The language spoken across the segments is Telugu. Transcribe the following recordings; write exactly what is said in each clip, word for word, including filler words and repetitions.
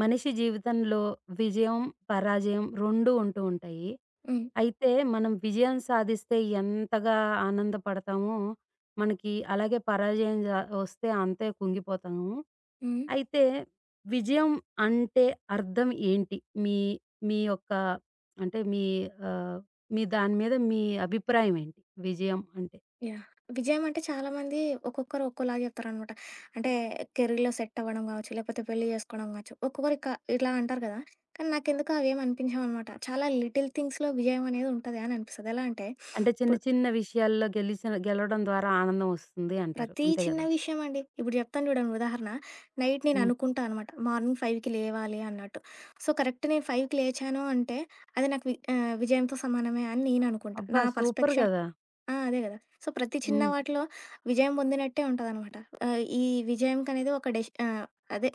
మనిషి జీవితంలో విజయం, పరాజయం రెండూ ఉంటూ ఉంటాయి. హ్మ్. అయితే మనం విజయం సాధిస్తే ఎంతగా ఆనందపడతామో, మనకి అలాగే పరాజయం జ వస్తే అంతే కుంగిపోతాము. హ్మ్. అయితే విజయం అంటే అర్థం ఏంటి? మీ మీ యొక్క అంటే మీ ఆహ్, మీ దాని మీద మీ అభిప్రాయం ఏంటి? విజయం అంటే? యాహ్! విజయం అంటే చాలామంది ఒక్కొక్కరు ఒక్కోలాగా చెప్తారనమాట. అంటే కెరీర్‌లో సెట్ అవ్వడం కావచ్చు, లేకపోతే పెళ్లి చేసుకోవడం కావచ్చు. ఒక్కొక్కరు ఇక ఇలా అంటారు కదా! కానీ నాకెందుకో అవేమి అనిపించవనమాట. చాలా లిటిల్ థింగ్స్‌లో విజయం అనేది ఉంటది అని అనిపిస్తది. ఎలా అంటే అంటే చిన్న ఇప్పుడు చిన్న విషయాల్లో గెలిసిన గెలవడం ద్వారా ఆనందం వస్తుంది అంటారు. ప్రతి అంతే చిన్న గదా! విషయం అండి. ఇప్పుడు చెప్తాను చూడండి ఉదాహరణ. నైట్ నేను హ్మ్. అనుకుంటా అనమాట. మార్నింగ్ ఐదుకి లేవాలి అన్నట్టు. సో, కరెక్ట్ నేను ఐదుకి లేచాను అంటే అది నాకు వి ఆహ్, విజయంతో సమానమే అని నేను అనుకుంటా. అబ్బా! నా సూపర్ పర్స్పెక్షన్. గదా! ఆ! అదే గదా! సో, ప్రతి చిన్న హ్మ్. వాటిలో విజయం పొందినట్టే ఉంటదనమాట. ఆహ్, ఈ విజయంకనేది ఒక డెష్ ఆహ్, అదే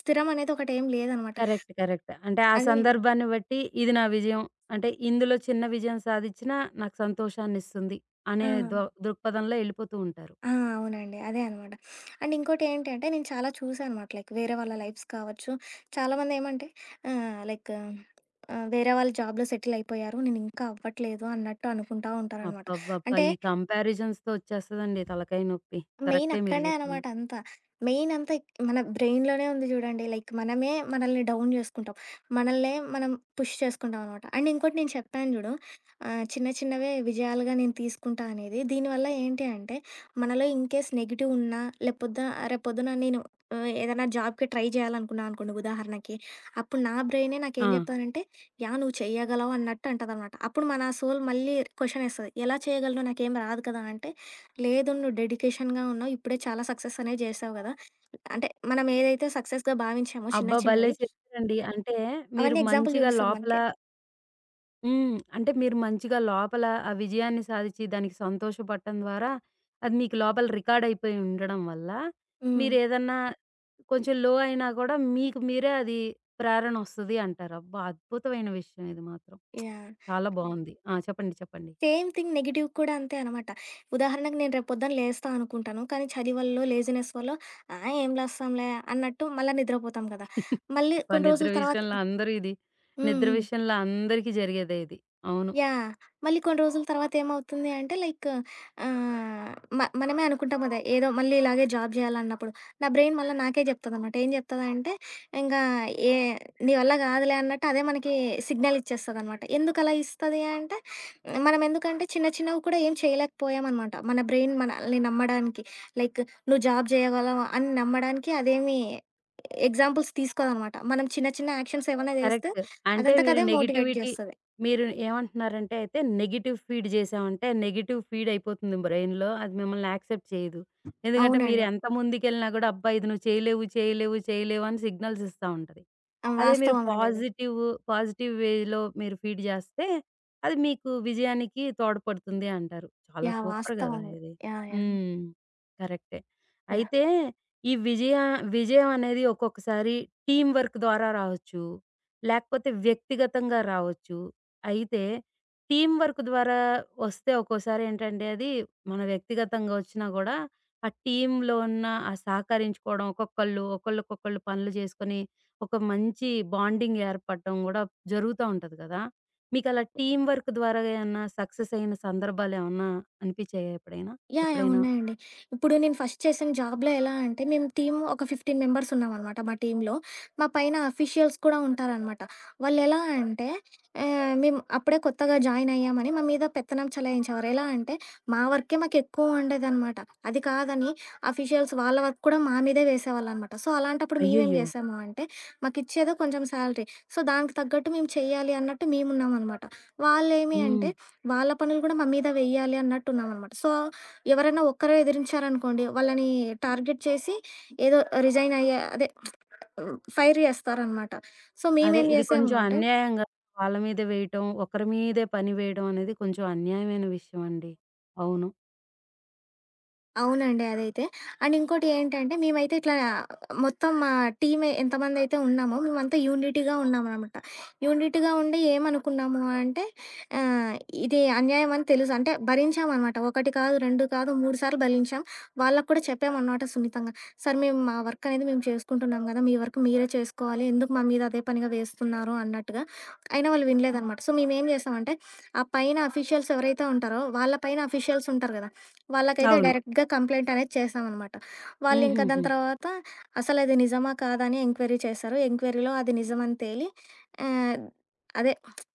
స్థిరం అనేది ఒకటేం లేదనమాట. కరెక్ట్. కరెక్ట్. అంటే ఆ అది. సందర్భాన్ని బట్టి ఇది నా విజయం. అంటే ఇందులో చిన్న విజయం సాధిచ్చినా నాకు సంతోషాన్నిస్తుంది ఆ! అనే దొ దృక్పథంలో ఎళ్ళిపోతూ ఉంటారు. ఆ! అవునండి. అదే అనమాట. అండ్ ఇంకోటేంటంటే నేను చాలా చూసా అనమాట. లైక్ వేరే వాళ్ళ లైఫ్స్ కావచ్చు. చాలామందేమంటే ఆహ్, లైక్ ఆహ్, వేరే వాళ్ళు జాబ్‌లో సెటిల్ అయిపోయారు. నేనింకా అవ్వట్లేదు అన్నట్టు అనుకుంటా ఉంటారనమాట. అబ్బబ్బబ్బా! అంటే ఈ కంపారిజన్స్‌తో వచ్చేస్తదండి తలకాయ నొప్పి. మెయిన్ కరెక్టే మీరు అక్కడనే జెప్పింది. అనమాట అంతా. మెయిన్ అంతా ఇక్ మన బ్రెయిన్‌లోనే ఉంది చూడండి. లైక్ మనమే మనల్ని డౌన్ చేసుకుంటాం. మనల్నే మనం పుష్ చేసుకుంటాం అనమాట. అండ్ ఇంకోటి నేను చెప్పాను చూడు. ఆహ్, చిన్న చిన్నవే విజయాలుగా నేను తీసుకుంటా అనేది. దీనివల్ల ఏంటి అంటే మనలో ఇన్‌కేస్ నెగెటివ్ ఉన్నా లేపోద్దున రేపొద్దున నేను ఆహ్, ఏదైనా జాబ్‌కి ట్రై చేయాలనుకున్నా అనుకోండి ఉదాహరణకి. అప్పుడు నా బ్రెయినే ఆ! నాకేం చెప్తానంటే, యాహ్! నువ్వు చేయగలవు అన్నట్టు అంటదనమాట. అప్పుడు మన సోల్ మళ్ళీ క్వెషన్ ఏస్తది. ఎలా చేయగలను నాకేం రాదు కదా! అంటే లేదు. నువ్వు డెడికేషన్‌గా ఉన్నావు. ఇప్పుడే చాలా సక్సెస్ అనేవి చేసావు గదా! అంటే మనం ఏదైతే సక్సెస్‌గా భావించామో చిన్న అబ్బా! భలే చిన్నవి చెప్పారండి. అంటే మీరు అవన్నీ ఎగ్జాంపుల్ మంచిగా చూపిస్తది లోపల మనకే. హ్మ్. అంటే మీరు మంచిగా లోపల ఆ విజయాన్ని సాధిచి దానికి సంతోషపడటం ద్వారా అది మీకు లోపల రికార్డ్ అయిపోయి ఉండడం వల్ల హ్మ్. మీరేదన్నా కొంచెం లో అయినా కూడా మీకు మీరే అది ప్రేరణ వస్తది అంటారు. అబ్బా! అద్భుతమైన విషయం ఇది మాత్రం. యాహ్! చాలా బావుంది. ఆ! చెప్పండి. చెప్పండి. సేమ్ థింగ్ నెగెటివ్ కూడా అంతే అనమాట. ఉదాహరణకు నేను రేపు పొద్దున లేస్తా అనుకుంటాను. కానీ చలి వల్లో, లేజినెస్ వల్లో ఆ! ఏం లేస్తాంలే అన్నట్టు మళ్ళా నిద్రపోతాం గదా! మళ్ళీ అబ్బా! కొన్ని నిద్ర రోజుల తర్వాత. విషయంలో అందరూ ఇది హ్మ్. నిద్ర హ్మ్. విషయంలో అందరికీ జరిగేదే ఇది. అవును. యాహ్! మళ్ళీ కొన్ని రోజుల తర్వాత ఏమవుతుంది అంటే లైక్ ఆహ్, మ మనమే అనుకుంటాం కదా! ఏదో మళ్ళీ ఇలాగే జాబ్ చేయాలన్నప్పుడు. నా బ్రెయిన్ మళ్ళా నాకే చెప్తదనమాట. ఏం చెప్తదంటే ఇంగా ఏ నీ వల్ల కాదులే అన్నట్టు అదే మనకి సిగ్నల్ ఇచ్చేస్తదనమాట. ఎందుకలా ఇస్తది అంటే మనం ఎందుకంటే చిన్న చిన్నవి కూడా ఏం చేయలేకపోయామనమాట. మన బ్రెయిన్ మనల్ని నమ్మడానికి లైక్ నువ్వు జాబ్ చేయగలవు అని నమ్మడానికి అదేమి ఎగ్జాంపుల్స్ తీసుకోదనమాట. మనం చిన్న చిన్న యాక్షన్స్ ఏమన్నా చేస్తే కరెక్ట్. అంటే మీరు అదంతకదే మోటివేట్ నెగటివిటీ చేస్తది. మీరు ఏమంటున్నారంటే అయితే నెగెటివ్ ఫీడ్ చేసామంటే నెగెటివ్ ఫీడ్ అయిపోతుంది బ్రెయిన్‌లో. అది మిమ్మల్ని యాక్సెప్ట్ చేయదు. ఎందుకంటే మీరు అవునండి. ఎంత ముందుకెళ్ళినా కూడా అబ్బా! ఇది నువ్వు చేయలేవు, చేయలేవు, చేయలేవు అని సిగ్నల్స్ ఇస్తా ఉంటది. ఆ! అదే మీరు వాస్తవమండి అది. పాజిటివ్, పాజిటివ్ వేలో మీరు ఫీడ్ చేస్తే అది మీకు విజయానికి తోడ్పడుతుంది అంటారు. చాలా యాహ్! సూపర్ కదా! వాస్తవం అది. ఇది. యాహ్! యాహ్! హ్మ్. కరెక్టే. యాహ్! అయితే ఈ విజయ విజయం అనేది ఒక్కొక్కసారి టీమ్ వర్క్ ద్వారా రావచ్చు. లేకపోతే వ్యక్తిగతంగా రావచ్చు. అయితే టీమ్ వర్క్ ద్వారా వస్తే ఒక్కోసారి ఏంటంటే అది మన వ్యక్తిగతంగా వచ్చినా గూడా, ఆ టీమ్‌లో ఉన్న ఆ సహకరించుకోవడం ఒక్కొక్కళ్ళు, ఒకళ్ళకొకళ్ళు పనులు చేసుకొని ఒక మంచి బాండింగ్ ఏర్పడటం గూడా జరుగుతా ఉంటది కదా! మీకలా టీమ్ వర్క్ ద్వారా ఏమన్నా సక్సెస్ అయిన సందర్భాలేమన్నా అనిపించాయా ఎప్పుడైనా? యాహ్! యాహ్! ఎప్పుడైనా? ఉన్నాయండి. ఇప్పుడు నేను ఫస్ట్ చేసిన జాబ్‌లో ఎలా అంటే, మేము టీమ్ ఒక పదిహేను మెంబర్స్ ఉన్నామనమాట మా టీమ్‌లో. మా పైన అఫీషియల్స్ కూడా ఉంటారనమాట. వాళ్ళెలా అంటే, ఆహ్, మేము అప్పుడే కొత్తగా జాయిన్ అయ్యామని మా మీద పెత్తనం చెలాయించేవారు. ఎలా అంటే, మా వర్కే మాకెక్కువ ఉండేదనమాట. అది కాదని అఫీషియల్స్ వాళ్ళ వర్క్ కూడా మా మీదే వేసేవాళ్ళనమాట. సో, అలాంటప్పుడు మేమేం అయ్యయ్యో! చేసాము అంటే, మాకిచ్చేదో కొంచెం శాలరీ. సో, దానికి తగ్గట్టు మేము చెయ్యాలి అన్నట్టు మేమున్నామనమాట. వాళ్ళేమి హ్మ్. అంటే, వాళ్ళ పనులు కూడా మా మీద వెయ్యాలి అన్నట్టున్నామనమాట. సో ఎవరైనా ఒక్కరే ఎదిరించారనుకోండి, వాళ్ళని టార్గెట్ చేసి ఏదో రిజైన్ అయ్యే అదే ఫైర్ చేస్తారనమాట. సో అదే. మేమేం ఇది చేసాము కొంచెం అంటే అన్యాయంగా వాళ్ళ మీద వేయటం, ఒకరి మీదే పని వేయడం అనేది కొంచెం అన్యాయమైన విషయం అండి. అవును. అవునండి. అదైతే. అండ్ ఇంకోటి ఏంటంటే మేమైతే ఇట్లా మొత్తం మా టీమ్ ఎంతమందైతే ఉన్నామో మేమంతా యూనిటీగా ఉన్నామనమాట. యూనిటీగా ఉండి ఏమనుకున్నాము అంటే ఆహ్, ఇది అన్యాయం అని తెలుసు. అంటే భరించామనమాట. ఒకటి కాదు, రెండు కాదు, మూడు సార్లు భరించాం. వాళ్ళకి కూడా చెప్పామనమాట సున్నితంగా. "సార్ మేము మా వర్క్ అనేది మేము చేసుకుంటున్నాం గదా! మీ వర్క్ మీరే చేసుకోవాలి. ఎందుకు మా మీద అదే పనిగా వేస్తున్నారు" అన్నట్టుగా. అయినా వాళ్ళు వినలేదనమాట. సో మేమేం చేసామంటే ఆ పైన అఫీషియల్స్ ఎవరైతే ఉంటారో వాళ్ళ పైన అఫీషియల్స్ ఉంటారు గదా! వాళ్ళకైతే అవును. డైరెక్ట్‌గా కంప్లెయింట్ అనేది చేశామనమాట. వాళ్ళింక దాని హుహుహు. తర్వాత అసలది నిజమా? కాదా? అని ఎంక్వైరీ చేశారు. ఎంక్వైరీలో అది నిజమని తేలి ఆహ్, అదే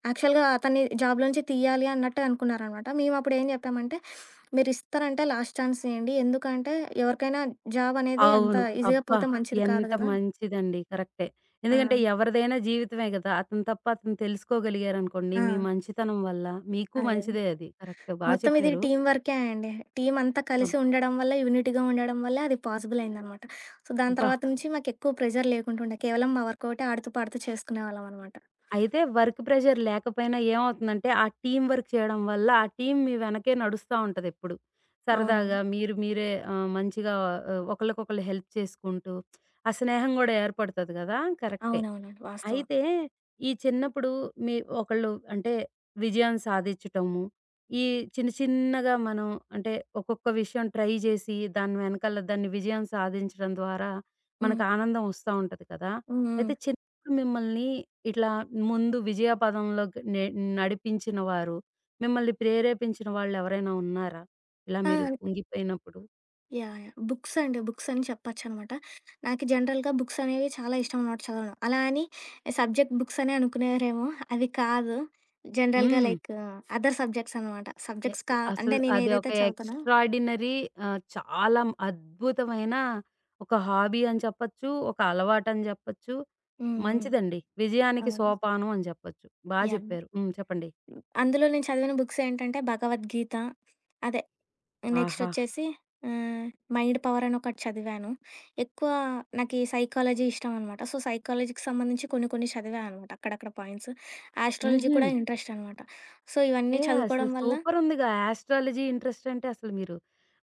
యాక్చువల్‌గా అతన్ని జాబ్‌లోంచి తీయాలి అన్నట్టు అనుకున్నారనమాట. మేమప్పుడేం చెప్పామంటే, మీరిస్తారంటే లాస్ట్ ఛాన్స్ ఇయ్యండి. ఎందుకంటే ఎవరికైనా జాబ్ అనేది అంత అవును. ఈజీగా అబ్బా! పోతే మంచిది కాదు ఎంత గదా! మంచిదండి. కరెక్టే. ఆ! ఎందుకంటే ఎవరిదైనా జీవితమే గదా! అతను తప్ప అతను తెలుసుకోగలిగారనుకోండి, ఆ! మీ మంచితనం వల్ల మీకు అదే. మంచిదే అది. కరెక్ట్. బా మొత్తం ఇది చెప్పారు. టీమ్ వర్కే అండి. టీమ్ అంతా కలిసి ఉండడం వల్ల, యూనిటీగా ఉండడం వల్ల అది పాసిబుల్ అయిందనమాట. సో, దాని అబ్బా! తర్వాత నుంచి మాకెక్కువ ప్రెషర్ లేకుంటుండే. కేవలం మా వర్క్ ఒకటే ఆడుతూ, పాడుతూ చేసుకునేవాళ్ళం అనమాట. అయితే వర్క్ ప్రెషర్ లేకపోయినా ఏమవుతుందంటే, ఆ టీమ్ వర్క్ చేయడం వల్ల, ఆ టీమ్ మీ వెనకే నడుస్తా ఉంటదెప్పుడు. సరదాగా అవునవును. మీరు మీరే ఆహ్, మంచిగా ఆహ్, ఒకళ్ళకొకళ్ళు హెల్ప్ చేసుకుంటూ, ఆ స్నేహం గూడా ఏర్పడతది గదా! కరెక్టే. అవునవునండి. వాస్తవం. అయితే, ఈ చిన్నప్పుడు మీ ఒకళ్ళు అంటే, విజయం సాధిచ్చటము, ఈ చిన్న చిన్నగా మనం అంటే, ఒక్కొక్క విషయం ట్రై జేసి, దాని వెనకాల దాన్ని విజయం సాధించడం ద్వారా, హ్మ్. మనకు ఆనందం ఒస్తా ఉంటది కదా! హ్మ్. హ్మ్. అయితే చిన్నప్పుడు మిమ్మల్ని ఇట్లా ముందు విజయ పదంలోకి నె నడిపించిన వారు, మిమ్మల్ని ప్రేరేపించిన వాళ్ళెవరైనా ఉన్నారా? ఇలా ఆ! మీరు కుంగిపోయినప్పుడు? యాహ్! యాహ్! బుక్స్ అండి. బుక్స్ అని చెప్పొచ్చనమాట. నాకు జనరల్‌గా బుక్స్ అనేవి చాలా ఇష్టం అనమాట చదవడం. అలా అని సబ్జెక్ట్ బుక్స్ అనే అనుకునేవారేమో అవి కాదు. జనరల్‌గా హ్మ్. లైక్ అదర్ సబ్జెక్ట్స్ అనమాట. ఎ సబ్జెక్ట్స్ ఎ కా అసలు అంటే అది ఒక నేనేదైతే చదువుతానో. ఎక్స్‌ట్రార్డినరీ ఆహ్, చాలా అద్భుతమైన ఒక హాబీ అని చెప్పొచ్చు. ఒక అలవాటని జెప్పొచ్చు. హ్మ్. హ్మ్. మంచిదండి. విజయానికి అవును. సోపానం అని జెప్పొచ్చు. బా యాహ్! జెప్పారు. హ్మ్. చెప్పండి. అందులో నేను చదివిన బుక్స్ ఏంటంటే భగవద్గీత. అదే నెక్స్ట్ ఆహా! వచ్చేసి ఆహ్, 'మైండ్ పవర్' అని ఒకటి చదివాను. ఎక్కువ నాకు ఈ సైకాలజీ ఇష్టం అనమాట. సో, సైకాలజీకి సంబంధించి కొన్ని కొన్ని చదివా అనమాట అక్కడక్కడ పాయింట్స్. ఆస్ట్రాలజీ హుహు. కూడా ఇంట్రెస్ట్ అనమాట. సో, ఇవన్నీ ఏ అసలు చదువుకోవడం వల్ల సూపరుందిగా. యాస్ట్రాలజీ ఇంట్రెస్ట్ అంటే అసలు మీరు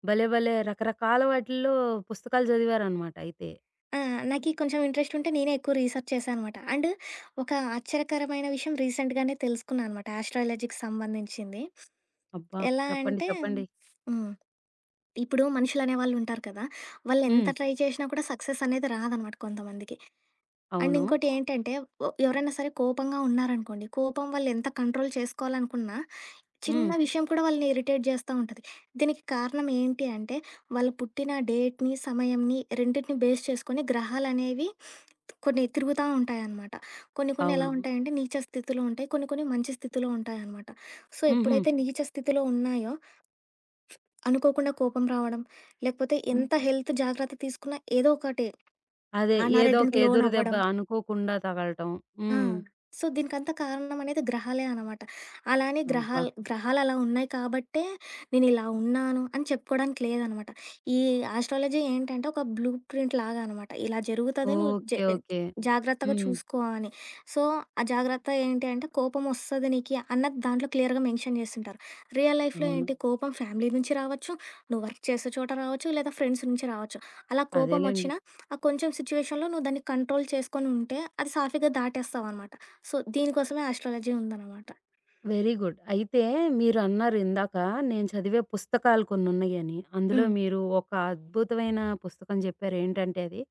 భలే భలే రకరకాల వాటిల్లో పుస్తకాలు చదివారనమాట అయితే. ఆ! నాకీ కొంచెం ఇంట్రెస్ట్ ఉంటే నేనే ఎక్కువ రీసెర్చ్ చేశా అనమాట. అండ్ ఒక ఆశ్చర్యకరమైన విషయం రీసెంట్‌గానే తెలుసుకున్నా అనమాట ఆస్ట్రాలజీకి సంబంధించింది. అబ్బా! ఎలా చెప్పండి. అంటే చెప్పండి. హ్మ్. ఇప్పుడు మనుషులు అనేవాళ్ళు ఉంటారు కదా! వాళ్ళు ఎంత హ్మ్. ట్రై చేషినా కూడా సక్సెస్ అనేది రాదనమాట కొంతమందికి. అండ్ అవును. ఇంకోటి ఏంటంటే ఒ ఎవరైనా సరే కోపంగా ఉన్నారనుకోండి, కోపం వాళ్ళు ఎంత కంట్రోల్ చేసుకోవాలనుకున్నా, చిన్న హ్మ్. విషయం కూడా వాళ్ళని ఇరిటేట్ చేస్తా ఉంటది. దీనికి కారణం ఏంటి అంటే, వాళ్ళు పుట్టిన డేట్‌ని, సమయంని రెండిటిని బేస్ చేసుకొని గ్రహాలనేవి కొన్ని తిరుగుతా ఉంటాయనమాట. కొన్ని కొన్ని ఎలా అవును. ఉంటాయంటే నీచ స్థితిలో ఉంటాయి. కొన్ని కొన్ని మంచి స్థితిలో ఉంటాయనమాట. సో, హుహు. ఎప్పుడైతే నీచ స్థితిలో ఉన్నాయో అనుకోకుండా కోపం రావడం, లేకపోతే హ్మ్, ఎంత హెల్త్ జాగ్రత్త తీసుకున్నా ఏదో ఒకటి అదే. ఏదో ఒక అనారోగ్యంకి ఎదురు దెబ్బ లోనవ్వడం. అనుకోకుండా తగలటం. ఆ! హ్మ్. సో, దీనికంతా కారణమనేది గ్రహాలే అనమాట. అలా అని అబ్బా! గ్రహాలు గ్రహాలలా ఉన్నాయి కాబట్టే, నేనిలా ఉన్నాను అని చెప్పుకోడానికి లేదనమాట. ఈ ఆస్ట్రాలజీ ఏంటంటే, ఒక బ్లూ ప్రింట్ లాగా అనమాట. ఇలా జరుగుతది నువ్వు జె ఓకే. ఓకే. జాగ్రత్తగా హ్మ్. చూసుకో అని. సో, ఆ జాగ్రత్త ఏంటి అంటే, కోపమొస్తది నీకి అన్నది దాంట్లో క్లియర్‌గా మెన్షన్ చేసింటారు. రియల్ లైఫ్‌లో అవును. ఏంటి, కోపం ఫ్యామిలీ నుంచి రావచ్చు, నువ్వు వర్క్ చేసే చోట రావచ్చు, లేదా ఫ్రెండ్స్ నుంచి రావచ్చు. అలా అదేలెండి. కోపమొచ్చినా ఆ కొంచెం సిచ్యువేషన్‌లో నువ్వు దాన్ని కంట్రోల్ చేసుకొని ఉంటే, అది సాఫీగా దాటేస్తావనమాట. సో, దీనికోసమే ఆస్ట్రాలజీ ఉందనమాట. Very good. అయితే మీరన్నారు ఇందాక నేను చదివే పుస్తకాలు కొన్నున్నయ్యని. అందులో హ్మ్. మీరు ఒక అద్భుతమైన పుస్తకం జెప్పారు. ఏంటంటే అది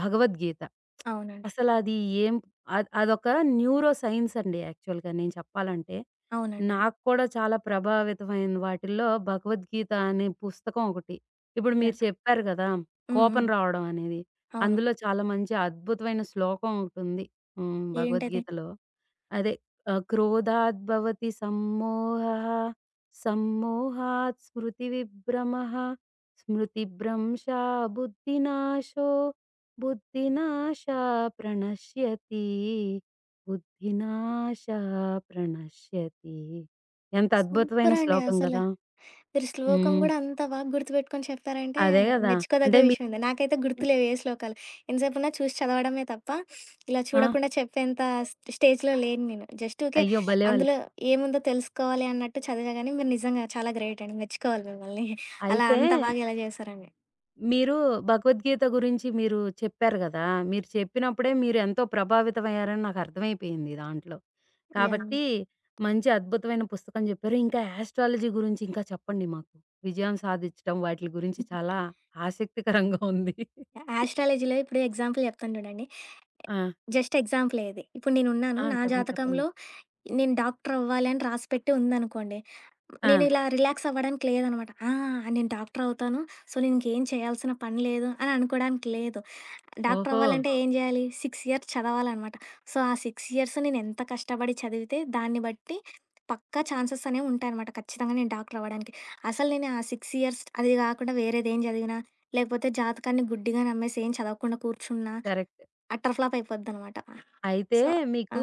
భగవద్గీత. అవునండి. అసలది ఏం అద్ అదొక న్యూరో సైన్స్ అండి యాక్చువల్‌గా నేను చెప్పాలంటే. అవునండి. నాకు కూడా చాలా ప్రభావితమైన వాటిల్లో భగవద్గీత అనే పుస్తకం ఒకటి. ఇప్పుడు మీరు యాహ్! చెప్పారు గదా! హ్మ్. కోపం హ్మ్. రావడం అనేది. అవును. అందులో చాలా మంచి అద్భుతమైన శ్లోకం ఒకటుంది. హ్మ్. ఏంటది? భగవద్గీతలో. అదే ఆహ్, క్రోధాద్భవతి సమ్మోహః, సమ్మోహాత్ స్మృతివిభ్రమः, స్మృతిభ్రంశా బుద్ధినాశో, బుద్ధినాశా ప్రణశ్యతి, బుద్ధినాశా ప్రణశ్యతి. ఎంత అద్భుతమైన సూపరండి శ్లోకం అసల. గదా! మీరు శ్లోకం హ్మ్. గూడా అంత బాగా గుర్తుపెట్టుకొని చెప్పారంటే, అదే గదా! మెచ్చుకోదగ్గ అంటే మీకు విషయమే. నాకైతే గుర్తులేవు ఏ శ్లోకాలు. ఎంతసేపున్నా చూసి చదవడమే తప్ప, ఇలా ఆ! చూడకుండా చెప్పేంత స్ స్టేజ్‌లో లేను నేను. జస్ట్ ఊకే అయ్యో! భలే వాళ్ళు. అందులో ఏముందో తెలుసుకోవాలి అన్నట్టు చదివా గానీ, మీరు నిజంగా చాలా గ్రేట్ అండి. మెచ్చుకోవాలి మిమ్మల్ని. అలా అయితే అంత బాగా ఎలా చేశారని. మీరు భగవద్గీత గురించి మీరు చెప్పారు గదా! మీరు చెప్పినప్పుడే మీరెంతో ప్రభావితమయ్యారని నాకర్థమైపోయింది దాంట్లో. యాహ్! కాబట్టి మంచి అద్భుతమైన పుస్తకం జెప్పారు. ఇంకా యాస్ట్రాలజీ గురించి ఇంకా చెప్పండి మాకు. విజయం సాధిచ్చడం వాటిలి గురించి చాలా ఆసక్తికరంగా ఉంది. ఆస్ట్రాలజీలో ఇప్పుడు ఎగ్జాంపుల్ చెప్తాను చూడండి. ఆ! జస్ట్ ఎగ్జాంపులే ఇది. ఇప్పుడు నేనున్నాను. ఆ! నా చెప్పండి. చెప్పండి. జాతకంలో నేను డాక్టర్ అవ్వాలి అని రాసిపెట్టి ఉందనుకోండి. ఆ! నేను ఇలా రిలాక్స్ అవ్వడానికి లేదనమాట. ఆ! నేను డాక్టర్ అవుతాను. సో, నేను ఇంకేం చేయాల్సిన పని లేదు అని అనుకోవడానికి లేదు. డాక్టర్ ఓహో! అవ్వాలంటే ఏం చేయాలి? ఆరు ఇయర్స్ చదవాలనమాట. సో, ఆ ఆరు ఇయర్స్ నేను ఎంత కష్టపడి చదివితే దాన్ని బట్టి పక్కా ఛాన్సెస్ అనేవి ఉంటాయనమాట. ఖచ్చితంగా నేను డాక్టర్ అవ్వడానికి. అసలు నేను ఆ ఆరు ఇయర్స్ అది కాకుండా వేరేదేం చదివినా, లేకపోతే జాతకాన్ని గుడ్డిగా నమ్మేసి ఏం చదవకుండా కూర్చున్నా కరెక్ట్. Utter flop అయిపోద్దనమాట. అయితే సో. ఆ! మీకు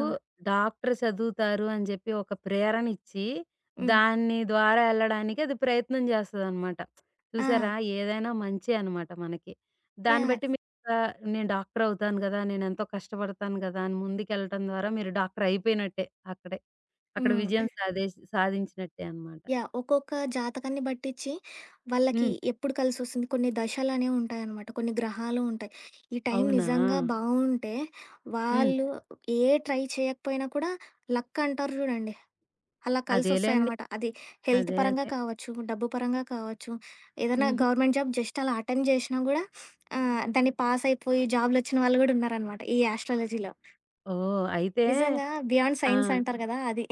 డాక్టర్ చదువుతారు అని జెప్పి ఒక ప్రేరణ ఇచ్చి, హ్మ్. దాని ద్వారా ఎళ్ళడానికి అది ప్రయత్నం జేస్తదనమాట. ఆ! చూసారా? ఏదైనా మంచే అనమాట మనకి. దాన్ని యాహ్! బట్టి మీకు ఆహ్, నేను డాక్టర్ అవుతాను గదా! నేనెంతో కష్టపడతాను గదా! అని ముందుకెళ్ళటం ద్వారా మీరు డాక్టర్ అయిపోయినట్టే అక్కడే. అక్కడ హ్మ్. విజయం సాధేసి సాధించినట్టే అనమాట. యాహ్! ఒక్కొక్క జాతకాన్ని బట్టిచ్చి, వాళ్ళకి హ్మ్. ఎప్పుడు కలిసొస్తుంది కొన్ని దశలనేవి ఉంటాయనమాట. కొన్ని గ్రహాలు ఉంటాయి. ఈ టైం అవునా? నిజంగా బావుంటే, హ్మ్. వాళ్ళు ఏ ట్రై చేయకపోయినా కూడా లక్ అంటారు చూడండి, అలా అదేలెండి. కలిసొస్తాయనమాట. అది హెల్త్ అదే. పరంగా అదే. కావచ్చు, డబ్బు పరంగా కావచ్చు, ఏదైనా హుహు. గవర్నమెంట్ జాబ్ జస్ట్ అలా అటెంప్ట్ చేషినా గూడా ఆహ్, దాన్ని పాస్ అయిపోయి జాబ్‌లొచ్చిన వాళ్ళు గూడా ఉన్నారనమాట ఈ యాస్ట్రాలజీలో. ఓహ్! అయితే నిజంగా బియాండ్ ఆ! సైన్స్ అంటారు కదా! అది.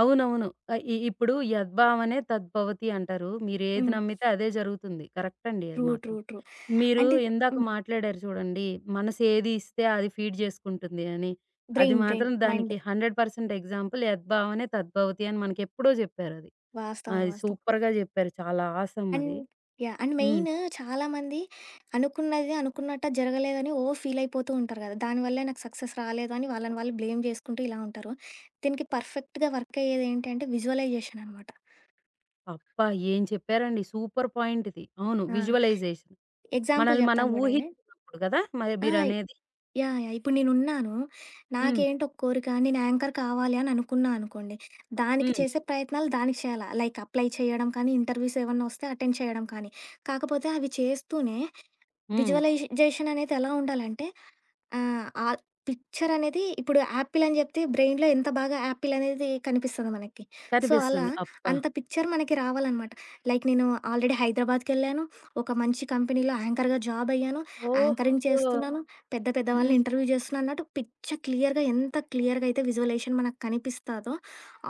అవునవును. ఆహ్, ఇ ఇప్పుడు యద్భావనే తద్భవతి అంటారు. మీరు ఏది హ్మ్. నమ్మితే అదే జరుగుతుంది. కరెక్ట్ అండి అది ట్రూ. ట్రూ. మాత్రం. ట్రూ. మీరు అంటే ఇందాక హ్మ్. మాట్లాడారు చూడండి, మనసు ఏది ఇస్తే అది ఫీడ్ చేసుకుంటుంది అని. అది బ్రెయిన్, బ్రెయిన్. మాత్రం మైండ్. దానికి నూరు శాతం ఎగ్జాంపుల్ యద్భావనే తద్భవతి అని మనకెప్పుడో జెప్పారది. వాస్తవం. అది వాస్తవం. సూపర్‌గా జెప్పారు. చాలా ఆసమ్ అండ్ అది. యాహ్! అండ్ హ్మ్. మెయిన్ చాలామంది అనుకున్నది అనుకున్నట్టు జరగలేదని ఓ ఫీల్ అయిపోతూ ఉంటారు కదా! దానివల్లే నాకు సక్సెస్ రాలేదు అని వాళ్ళని వాళ్ళు బ్లేమ్ చేసుకుంటూ ఇలా ఉంటారు. దీనికి పర్ఫెక్ట్‌గా వర్క్ అయ్యేది ఏంటంటే విజువలైజేషన్ అనమాట. అబ్బా! ఏం చెప్పారండి సూపర్ పాయింట్ ఇది. అవును. ఆ! విజువలైజేషన్. ఎగ్జాంపుల్ మనల్ని మనం చెప్తాను చూడండి. ఊహించుకున్నప్పుడు గదా! మరి ఆ! మీరనేది. యాహ్! యాహ్! ఇప్పుడు నేనున్నాను. హ్మ్. నాకేంటి ఒక కోరిక నేను యాంకర్ కావాలి అని అనుకున్నా అనుకోండి. దానికి హ్మ్. చేసే ప్రయత్నాలు దానికి చేయాలా. లైక్ అప్లై చేయడం కానీ, ఇంటర్వ్యూస్ ఏమన్నా వస్తే అటెండ్ చేయడం కానీ. కాకపోతే అవి చేస్తూనే హ్మ్. విజువలైజేషన్ అనేది ఎలా ఉండాలంటే ఆహ్, ఆ పిక్చర్ అనేది ఇప్పుడు యాపిల్ అని చెప్తే బ్రెయిన్‌లో ఎంత బాగా యాపిల్ అనేది కనిపిస్తదో మనకి. సో, అలా కనిపిస్తుంది. అబ్బా! అంత పిక్చర్ మనకి రావాలనమాట. లైక్ నేను ఆల్రెడీ హైదరాబాద్‌కెళ్ళాను. ఒక మంచి కంపెనీలో యాంకర్‌గా జాబ్ అయ్యాను. యాంకరింగ్ ఓహో! చేస్తున్నాను. పెద్ద పెద్ద వాళ్ళని హ్మ్. ఇంటర్వ్యూ చేస్తున్నా అన్నట్టు పిక్చర్ క్లియర్‌గా ఎంత క్లియర్‌గా అయితే విజువలైజేషన్ మనకు కనిపిస్తదో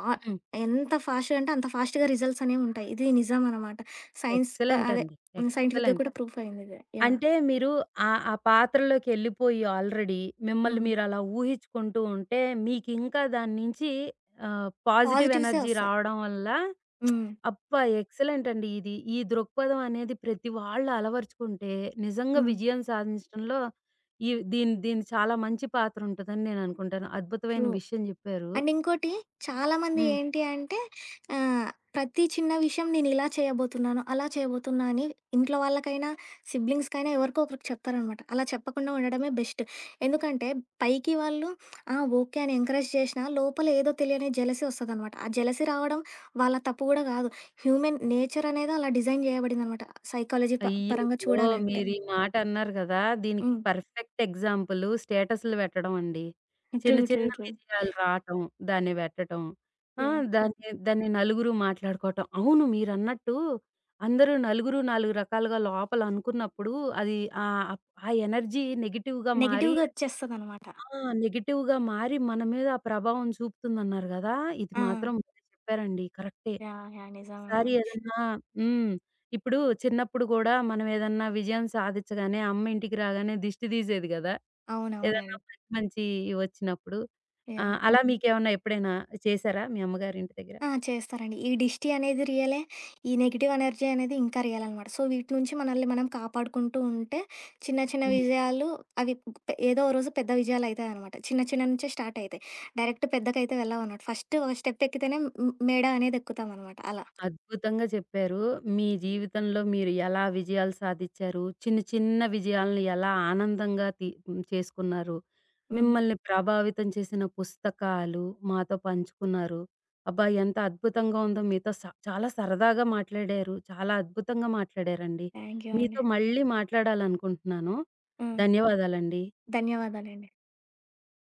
ఆహ్, హ్మ్. ఎంత ఫాస్ట్‌గా అంటే అంత ఫాస్ట్‌గా రిజల్ట్స్ అనేవి ఉంటాయి. ఇది నిజం అనమాట. సైన్స్ ప ఎక్సలెంట్ అదే అండి. సైంటిఫిక్‌గా ఎక్సలెంట్. కూడా ప్రూఫ్ అయిందిది. యాహ్! అంటే మీరు ఆహ్, ఆ పాత్రలోకెళ్ళిపోయి ఆల్రెడీ మిమ్మల్ని హ్మ్. మీరలా ఊహించుకుంటూ ఉంటే మీకింకా దాని నుంచి ఆహ్, పాజిటివ్ పాజిటివ్సే ఎనర్జీ ఒస్తాయి. రావడం వల్ల హ్మ్. అబ్బా! ఎక్సలెంట్ అండి ఇది. ఈ దృక్పథం అనేది ప్రతి వాళ్ళు అలవరుచుకుంటే నిజంగా హ్మ్. విజయం సాధించడంలో ఈ దీని దీని చాలా మంచి పాత్ర ఉంటదని నేననుకుంటాను. అద్భుతమైన ట్రూ. విషయం జెప్పారు. అండ్ ఇంకోటి చాలామంది ఏంటి అంటే ఆహ్, ప్రతి చిన్న విషయం నేనిలా చేయబోతున్నాను, అలా చేయబోతున్నా అని ఇంట్లో వాళ్ళకైనా, సిబ్లింగ్స్‌కైనా ఎవరికో ఒకరికి చెప్తారనమాట. అలా చెప్పకుండా ఉండడమే బెస్ట్. ఎందుకంటే పైకి వాళ్ళు ఆ! ఓకే అని ఎంకరేజ్ చేషినా లోపల ఏదో తెలియని జెలసీ ఒస్తదనమాట. ఆ జెలసీ రావడం వాళ్ళ తప్పు గూడా గాదు. హ్యూమన్ నేచర్ అనేది అలా డిజైన్ జేయబడిందనమాట సైకాలజీ ప పరంగా అయ్యయ్యో! చూడాలంటే. మీరీ మాట అన్నారు గదా! దీనికి హ్మ్. పర్ఫెక్ట్ ఎగ్జాంపులు స్టేటస్‌లు పెట్టడం అండి. ట్రూ. చిన్న ట్రూ. చిన్న ట్రూ. విజయాలు రాటం, దాన్ని పెట్టటం. ఆ! యాహ్! దాన్ని దాన్ని నలుగురు మాట్లాడుకోవటం. అవును మీరన్నట్టు అందరూ నలుగురు, నాలుగు రకాలుగా లోపల అనుకున్నప్పుడు అది ఆహ్, ఆ ఎనర్జీ నెగెటివ్‌గా మారి నెగెటివ్‌గా ఒచ్చేస్తదనమాట. ఆ! నెగెటివ్‌గా మారి మన మీద ఆ ప్రభావం చూపుతుందన్నారు గదా! ఇది ఆ! మాత్రం భలే చెప్పారండి. కరెక్టే. యాహ్! యాహ్! ఒక్కసారి నిజమనమాట. ఏదన్నా హ్మ్. ఇప్పుడు చిన్నప్పుడు గూడా మనం ఏదన్నా విజయం సాధిచ్చగానే అమ్మ ఇంటికి రాగానే దిష్టి తీసేది గదా! ఏదన్నా అవునవునండి. మంచి మంచియి వచ్చినప్పుడు. యాహ్! ఆహ్, అలా మీకేమన్నా ఎప్పుడైనా చేశారా మీ అమ్మగారింటి దగ్గర? ఆ! చేస్తారండి. ఈ దిష్టి అనేది రియలే. ఈ నెగెటివ్ ఎనర్జీ అనేది ఇంకా రియలనమాట. సో, వీటి నుంచి మనల్ని మనం కాపాడుకుంటూ ఉంటే చిన్న చిన్న హ్మ్. విజయాలు అవి పె ఏదో ఓ రోజు పెద్ద విజయాలయితాయనమాట. చిన్న చిన్న నుంచే స్టార్ట్ అయితాయి. డైరెక్ట్ పెద్దకైతే వెళ్ళవనమాట. ఫస్ట్ ఒక స్టెప్ ఎక్కితేనే మ్ మేడ అనేది ఎక్కుతామనమాట అలా. అద్భుతంగా చెప్పారు. మీ జీవితంలో మీరు ఎలా విజయాలు సాధిచ్చారు? చిన్న చిన్న విజయాలను ఎలా ఆనందంగా తి హ్మ్, చేసుకున్నారు? హ్మ్. మిమ్మల్ని ప్రభావితం చేసిన పుస్తకాలు మాతో పంచుకున్నారు. అబ్బా! ఎంత అద్భుతంగా ఉందో మీతో స చాలా సరదాగా మాట్లాడారు. చాలా అద్భుతంగా మాట్లాడారండి. థ్యాంక్ యూ మీతో అండి. మళ్ళీ మాట్లాడాలనుకుంటున్నాను. హ్మ్. ధన్యవాదాలండి. ధన్యవాదాలండి.